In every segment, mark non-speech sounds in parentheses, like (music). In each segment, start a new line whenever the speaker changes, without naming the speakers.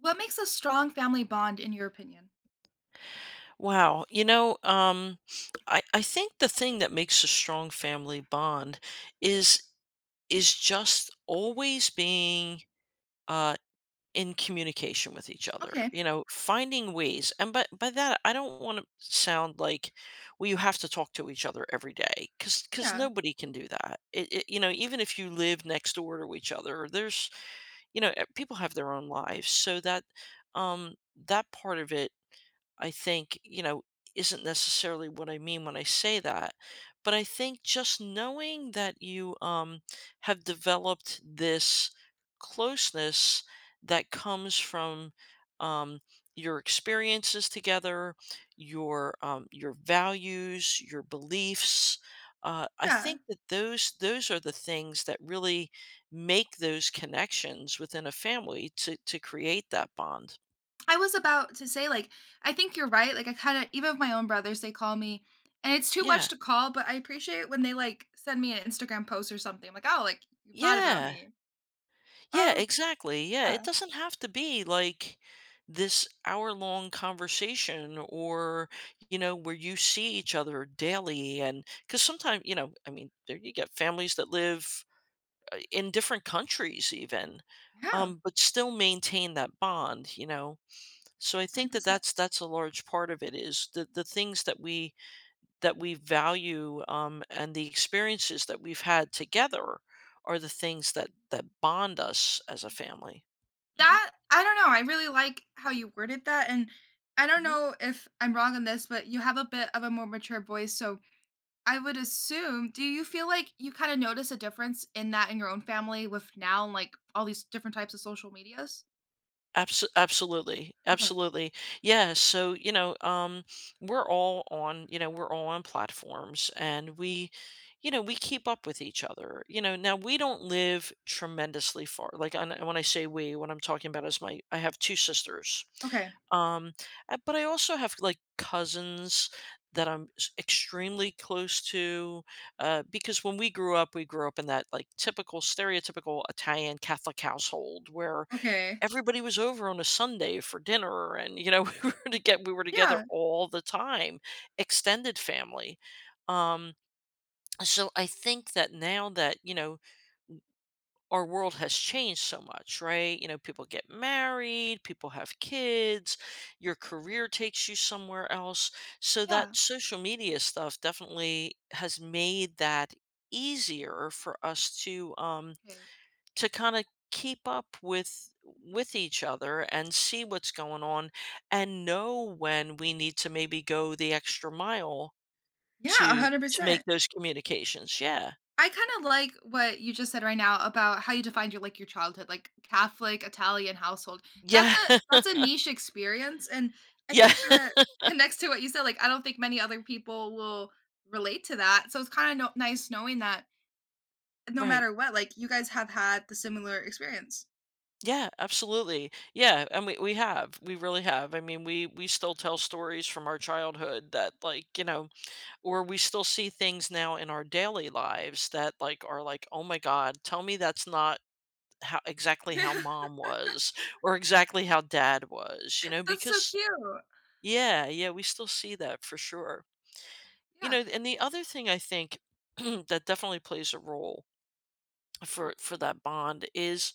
What makes a strong family bond in your opinion?
Wow. You know, I think the thing that makes a strong family bond is is just always being uh, in communication with each other.
Okay.
You know, finding ways. And by that, I don't want to sound like, well, you have to talk to each other every day, because
Yeah.
nobody can do that. You know, even if you live next door to each other, there's people have their own lives, so that um, that part of it, I think, you know, isn't necessarily what I mean when I say that. But I think just knowing that you, have developed this closeness that comes from, um, your experiences together, your, your values, your beliefs. I
Yeah.
think that those are the things that really make those connections within a family to create that bond.
I was about to say, like, I think you're right. Like, I kind of, even with my own brothers, they call me, and it's too much
Yeah,
to call, but I appreciate when they, like, send me an Instagram post or something. I'm like, oh, like, you thought about
yeah.
me.
Yeah,
Um.
exactly. Yeah, it
Yeah.
doesn't have to be like this hour long conversation or, you know, where you see each other daily. And because sometimes, you know, I mean, there you get families that live, in different countries, even.
Yeah. one
But still maintain that bond, you know. So I
Hundred
think that
percent.
that's a large part of it is the the things that we value, and the experiences that we've had together are the things that that bond us as a family. Mhm,
That, I don't know. I really like how you worded that. And I don't
mhm.
know if I'm wrong on this, but you have a bit of a more mature voice. So I would assume. Do you feel like you kinda notice a difference in that in your own family with now, like, all these different types of social medias?
Absolutely,
Okay.
absolutely. Yeah, so, you know, we're all on, you know, we're all on platforms, and we, you know, we keep up with each other. You know, now we don't live tremendously far. Like, and when I say we, what I'm talking about is my, I have 2 sisters.
Okay.
Um, but I also have, like, cousins that I'm s extremely close to, because when we grew up in that, like, typical stereotypical Italian Catholic household where,
Okay.
everybody was over on a Sunday for dinner, and you know (laughs) we were together
Yeah.
all the time, extended family. Um, so I think that now that, you know, our world has changed so much, right? You know, people get married, people have kids, your career takes you somewhere else. So that
Yeah.
social media stuff definitely has made that easier for us to,
Okay.
to kind of keep up with each other and see what's going on, and know when we need to maybe go the extra mile
Yeah,
to make
100%.
those communications. Yeah.
I kinda like what you just said right now about how you defined your, like, your childhood, like, Catholic, Italian household. That's
Yeah.
a
(laughs)
that's a niche experience, and I think
Yeah.
that kinda connects to what you said, like, I don't think many other people will relate to that, so it's kinda nice knowing that no
Right.
matter what, like, you guys have had the similar experience.
Yeah, absolutely. Yeah, and we have. We really have. I mean, we still tell stories from our childhood that, like, you know, or we still see things now in our daily lives that like are like, "Oh my God, tell me that's not how, exactly how
(laughs)
mom was or exactly how dad was, you know,
That's so
because
cute.
yeah, yeah, we still see that for sure. You
Yeah.
know, and the other thing I think (clears throat) that definitely plays a role for that bond is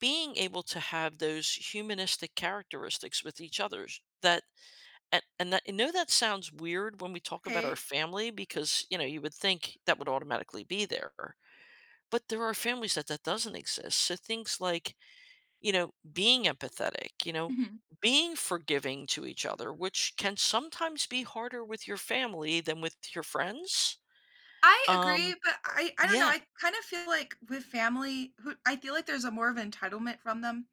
being able to have those humanistic characteristics with each others that, you know, that sounds weird when we talk about our
Okay.
family, because you know, you would think that would automatically be there, but there are families that that doesn't exist, so things like, you know, being empathetic, you know,
Mhm.
being forgiving to each other, which can sometimes be harder with your family than with your friends.
I
Um,
agree, but I don't know,
yeah,
I kind of feel like with family who I feel like there's a more of entitlement from them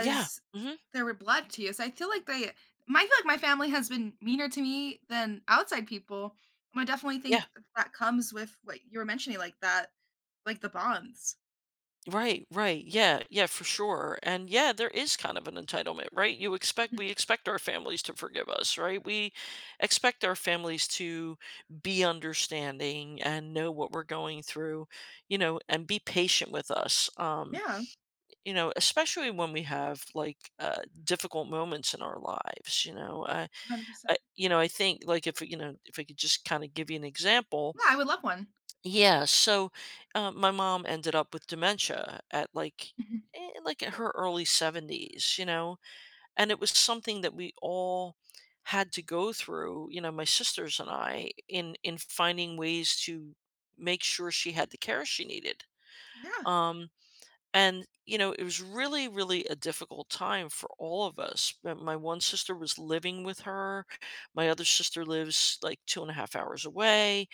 yeah, hmm,
they were blood to you, so I feel like they, my, I feel like my family has been meaner to me than outside people, and I definitely
yeah,
think that comes with what you were mentioning, like that, like the bonds.
right, right, yeah, yeah, for sure. And yeah, there is kind of an entitlement, right? You expect,
Mhm.
we expect our families to forgive us, right? We expect our families to be understanding and know what we're going through, you know, and be patient with us.
Yeah,
You know, especially when we have like, difficult moments in our lives, you know,
100%.
you know, I think like if you know, if I could just kind of give you an example,
Yeah, I would love one.
yeah. So, my mom ended up with dementia at like,
Mhm.
like in her early 70s, you know, and it was something that we all had to go through, you know, my sisters and I, in finding ways to make sure she had the care she needed.
Yeah,
um, and, you know, it was really, really a difficult time for all of us. My one sister was living with her. My other sister lives like two and a half hours away.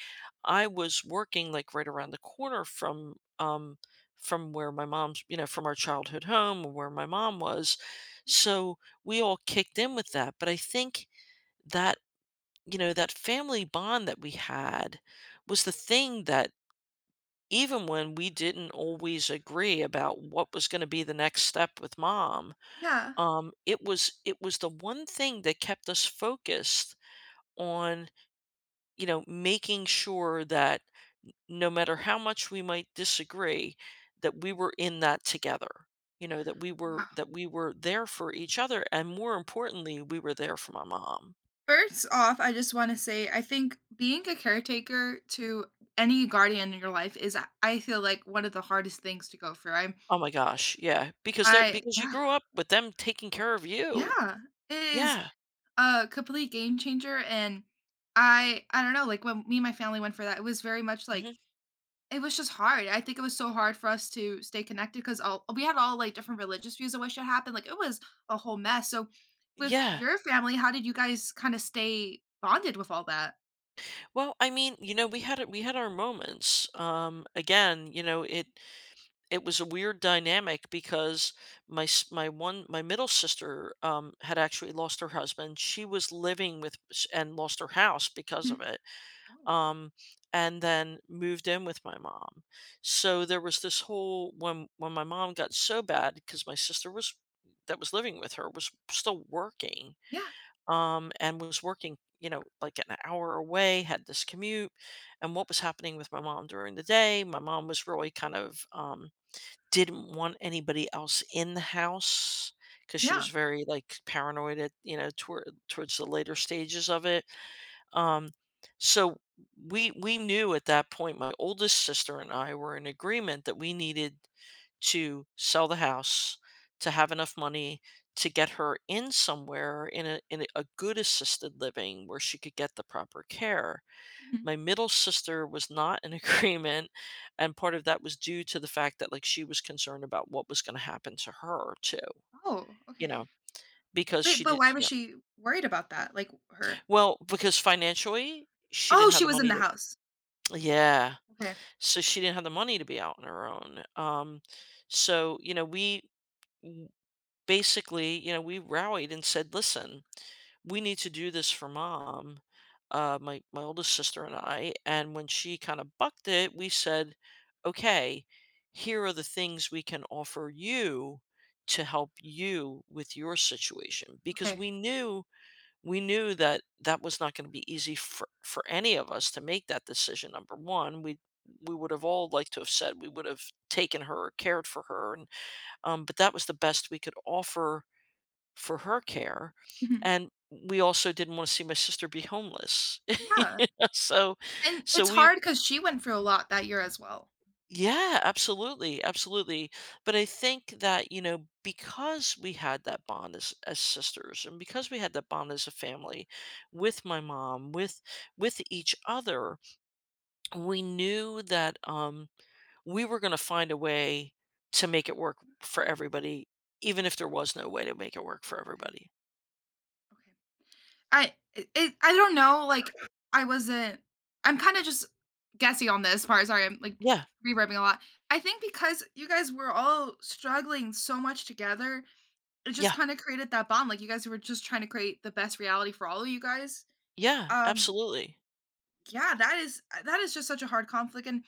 I was working like right around the corner from, from where my mom's, you know, from our childhood home where my mom was.
yeah.
So we all kicked in with that. But I think that, you know, that family bond that we had was the thing that even when we didn't always agree about what was going to be the next step with mom,
Yeah.
it was the one thing that kept us focused on, you know, making sure that no matter how much we might disagree, that we were in that together, you know, that we were
Wow.
that we were there for each other, and more importantly, we were there for my mom.
First off, I just want to say I think being a caretaker to any guardian in your life is, I feel like, one of the hardest things to go through. I'm
Oh my gosh, yeah, because they're,
I
because you
yeah.
grew up with them taking care of you.
Yeah. It is
Yeah,
a complete game changer, and I don't know, like when me and my family went for that, it was very much like,
hmm,
it was just hard. I think it was so hard for us to stay connected because all we had, all like different religious views of what should happen. Like, it was a whole mess. So with
yeah.
your family, how did you guys kind of stay bonded with all that?
Well, I mean, you know, we had our moments. Again, you know, it was a weird dynamic because my s- my one my middle sister, had actually lost her husband. She was living with and lost her house because of it.
Oh.
Um and then moved in with my mom. So there was this whole, when my mom got so bad, because my sister was, that was living with her, was still working,
Yeah,
and was working, you know, like an hour away, had this commute, and what was happening with my mom during the day. My mom was really kind of, didn't want anybody else in the house because she was
yeah.
very like paranoid at, you know, towards the later stages of it. Um, so we knew at that point, my oldest sister and I were in agreement that we needed to sell the house, to have enough money to get her in somewhere in a, a good assisted living where she could get the proper care.
Mhm.
My middle sister was not in (laughs) agreement, and part of that was due to the fact that like she was concerned about what was going to happen to her too,
Oh,
you know,
okay.
because
Wait,
she
but
did,
why
you
was
know,
she worried about that? Like, her.
well, because financially she didn't
Oh,
have
she
the
was in
money
the
to,
house.
yeah.
Okay,
So she didn't have the money to be out on her own. So, you know, we basically, you know, we rallied and said, "Listen, we need to do this for mom." My my oldest sister and I, and when she kind of bucked it, we said, "Okay, here are the things we can offer you to help you with your situation," because
okay.
we knew that that was not going to be easy for any of us to make that decision. Number one, we would have all liked to have said we would have taken her or cared for her, and but that was the best we could offer for her care,
Mhm.
and we also didn't want to see my sister be homeless. (laughs)
Yeah,
You know, so
and
so
it's
we
hard because she went through a lot that year as well.
yeah, absolutely, absolutely. But I think that, you know, because we had that bond as sisters, and because we had that bond as a family with my mom, with each other, we knew that, we were going to find a way to make it work for everybody, even if there was no way to make it work for
Okay,
everybody.
okay. I, it I don't know, like, I wasn't, I'm kinda just guessing on this part, sorry, I'm, like,
Yeah.
reverbing a lot. I think because you guys were all struggling so much together, it just
Yeah.
kinda created that bond, like, you guys were just trying to create the best reality for all of you guys.
Yeah,
Um
absolutely.
Yeah, that is just such a hard conflict, and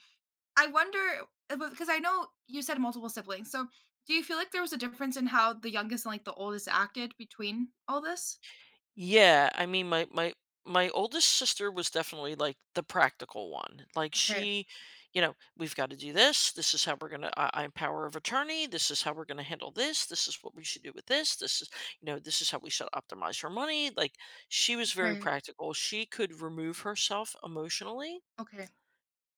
I wonder, because I know you said multiple siblings. So, do you feel like there was a difference in how the youngest and like the oldest acted between all this?
Yeah, I mean, my oldest sister was definitely like the practical one. Like
Okay,
she, you know, we've got to do this. This is how we're gonna. I'm power of attorney. This is how we're gonna handle this. This is what we should do with this. This is, you know, this is how we should optimize her money. Like she was very
okay,
practical. She could remove herself emotionally.
okay,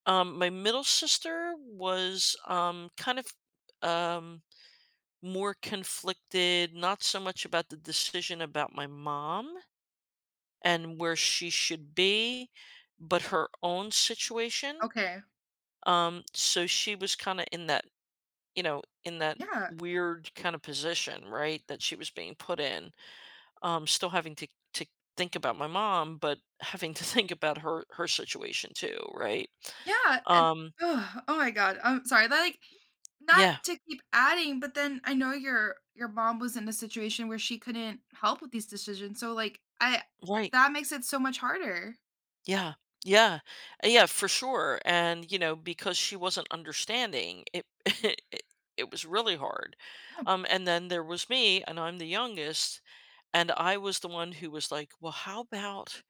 My middle sister was, kind of, um more conflicted, not so much about the decision about my mom and where she should be, but her own situation.
okay.
So she was kind of in that, you know, in that
Yeah,
weird kind of position, right? That she was being put in, still having to to think about my mom, but having to (laughs) think about her situation too, right?
yeah, and
Um,
oh my God, I'm sorry. That, like, not
yeah,
to keep adding, but then I know your mom was in a situation where she couldn't help with these decisions. So, like, I,
right.
that makes it so much harder.
Yeah. Yeah. Yeah, for sure. And, you know, because she wasn't understanding, it
Mhm.
(laughs) it, it was really hard.
Yeah,
And then there was me and I'm the youngest, and I was the one who was like, "Well, how about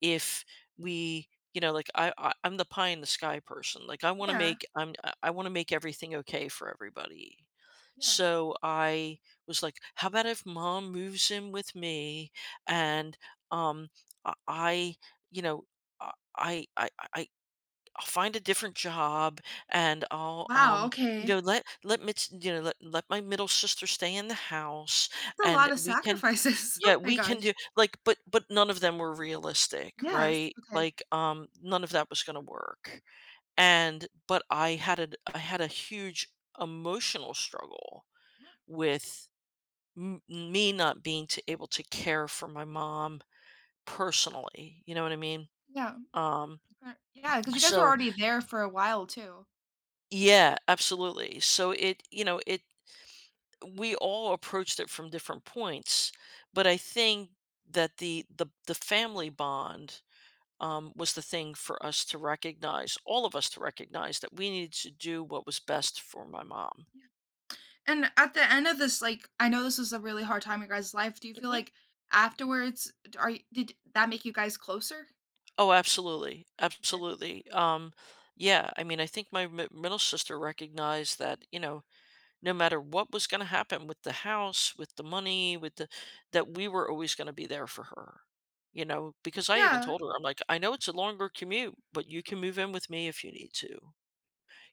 if we like I I'm the pie in the sky person. Like I want to
yeah,
make, I want to make everything okay for everybody.
yeah.
So I was like, how about if mom moves in with me? And um I, you know I I I I- I'll find a different job, and I'll
Wow. Okay.
let me, let my middle sister stay in the house,
That's a
and
lot of
we can,
sacrifices. (laughs)
yeah,
Oh my
we can
gosh.
do, like, but none of them were realistic,
Yes,
right?
okay.
Like, none of that was gonna work. And but I had a, I had a huge emotional struggle with, m me not being to able to care for my mom personally, you know what I mean?
Yeah.
Um,
Yeah, yeah. Because you guys were
so
already there for a while too.
yeah, absolutely. So it, we all approached it from different points, but I think that the family bond, was the thing for us to recognize, all of us to recognize, that we needed to do what was best for my mom.
Yeah, and at the end of this, like, I know this was a really hard time in your guys' life, do you feel
Mhm.
like afterwards, d are y did that make you guys closer?
Oh, absolutely,
Okay.
absolutely. Yeah, I mean, I think my middle sister recognized that, you know, no matter what was going to happen with the house, with the money, with the, that we were always going to be there for her. You know, because I even
Yeah,
told her, I'm like, I know it's a longer commute, but you can move in with me if you need to.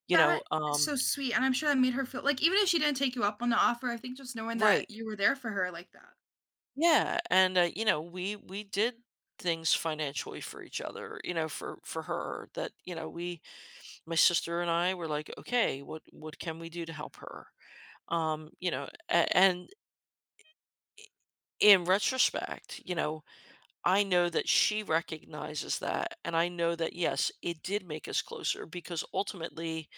You
that
know,
is so sweet, and I'm sure that made her feel like, even if she didn't take you up on the offer, I think just knowing
right.
that you were there for her like that.
Yeah, and, you know, we did things financially for each other, you know, for her, that, you know, we, my sister and I were like, "Okay, what can we do to help her?" You know, a and in retrospect, you know, I know that she recognizes that, and I know that, yes, it did make us closer because ultimately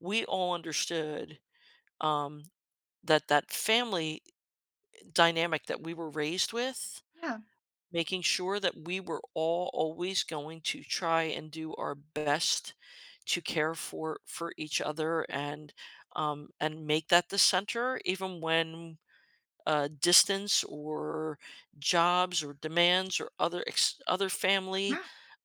we all understood, um, that that family dynamic that we were raised with,
Yeah.
making sure that we were all always going to try and do our best to care for each other, and make that the center, even when, distance or jobs or demands or other other family,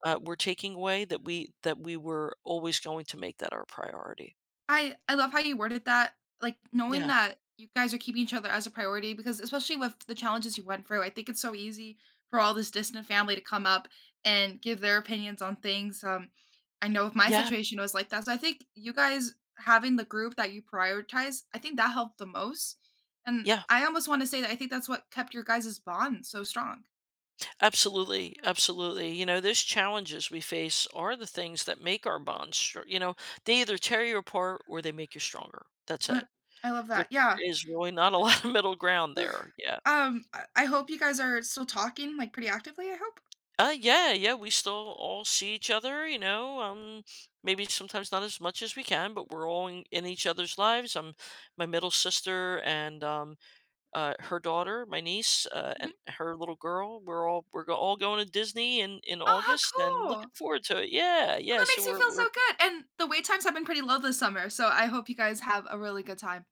were taking away, that we were always going to make that our priority.
I love how you worded that, like, knowing
Yeah,
that you guys are keeping each other as a priority, because especially with the challenges you went through, I think it's so easy for all this distant family to come up and give their opinions on things. I know, if my
yeah,
situation was like that. So I think you guys having the group that you prioritize, I think that helped the most, and
yeah.
I almost wanna say that I think that's what kept your guys' bond so strong.
Absolutely, absolutely. You know, those challenges we face are the things that make our bonds, you know, they either tear you apart or they make you stronger. That's
Uh,
it.
I love
There
that, yeah.
is really not a (laughs) lot of middle ground
Oof,
there. Yeah.
I hope you guys are still talking, like, pretty actively, I hope?
Yeah, yeah, we still all see each other, you know, maybe sometimes not as much as we can, but we're all in each other's lives. I'm, my middle sister, and her daughter, my niece, and
Mhm.
her little girl. We're all we're go- all going to Disney in
Oh, how
August, and looking
cool!
forward to it. Yeah,
Oh,
yeah.
that
So
makes me feel so
we're
good, and the wait times have been pretty low this summer, so I hope you guys have a really good time.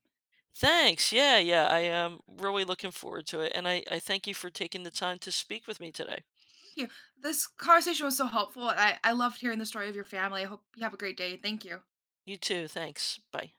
thanks. Yeah, yeah. I am really looking forward to it, and I thank you for taking the time to speak with me today.
Thank you. This conversation was so helpful, I loved hearing the story of your family. I hope you have a great day. Thank you.
You too. Thanks. Bye.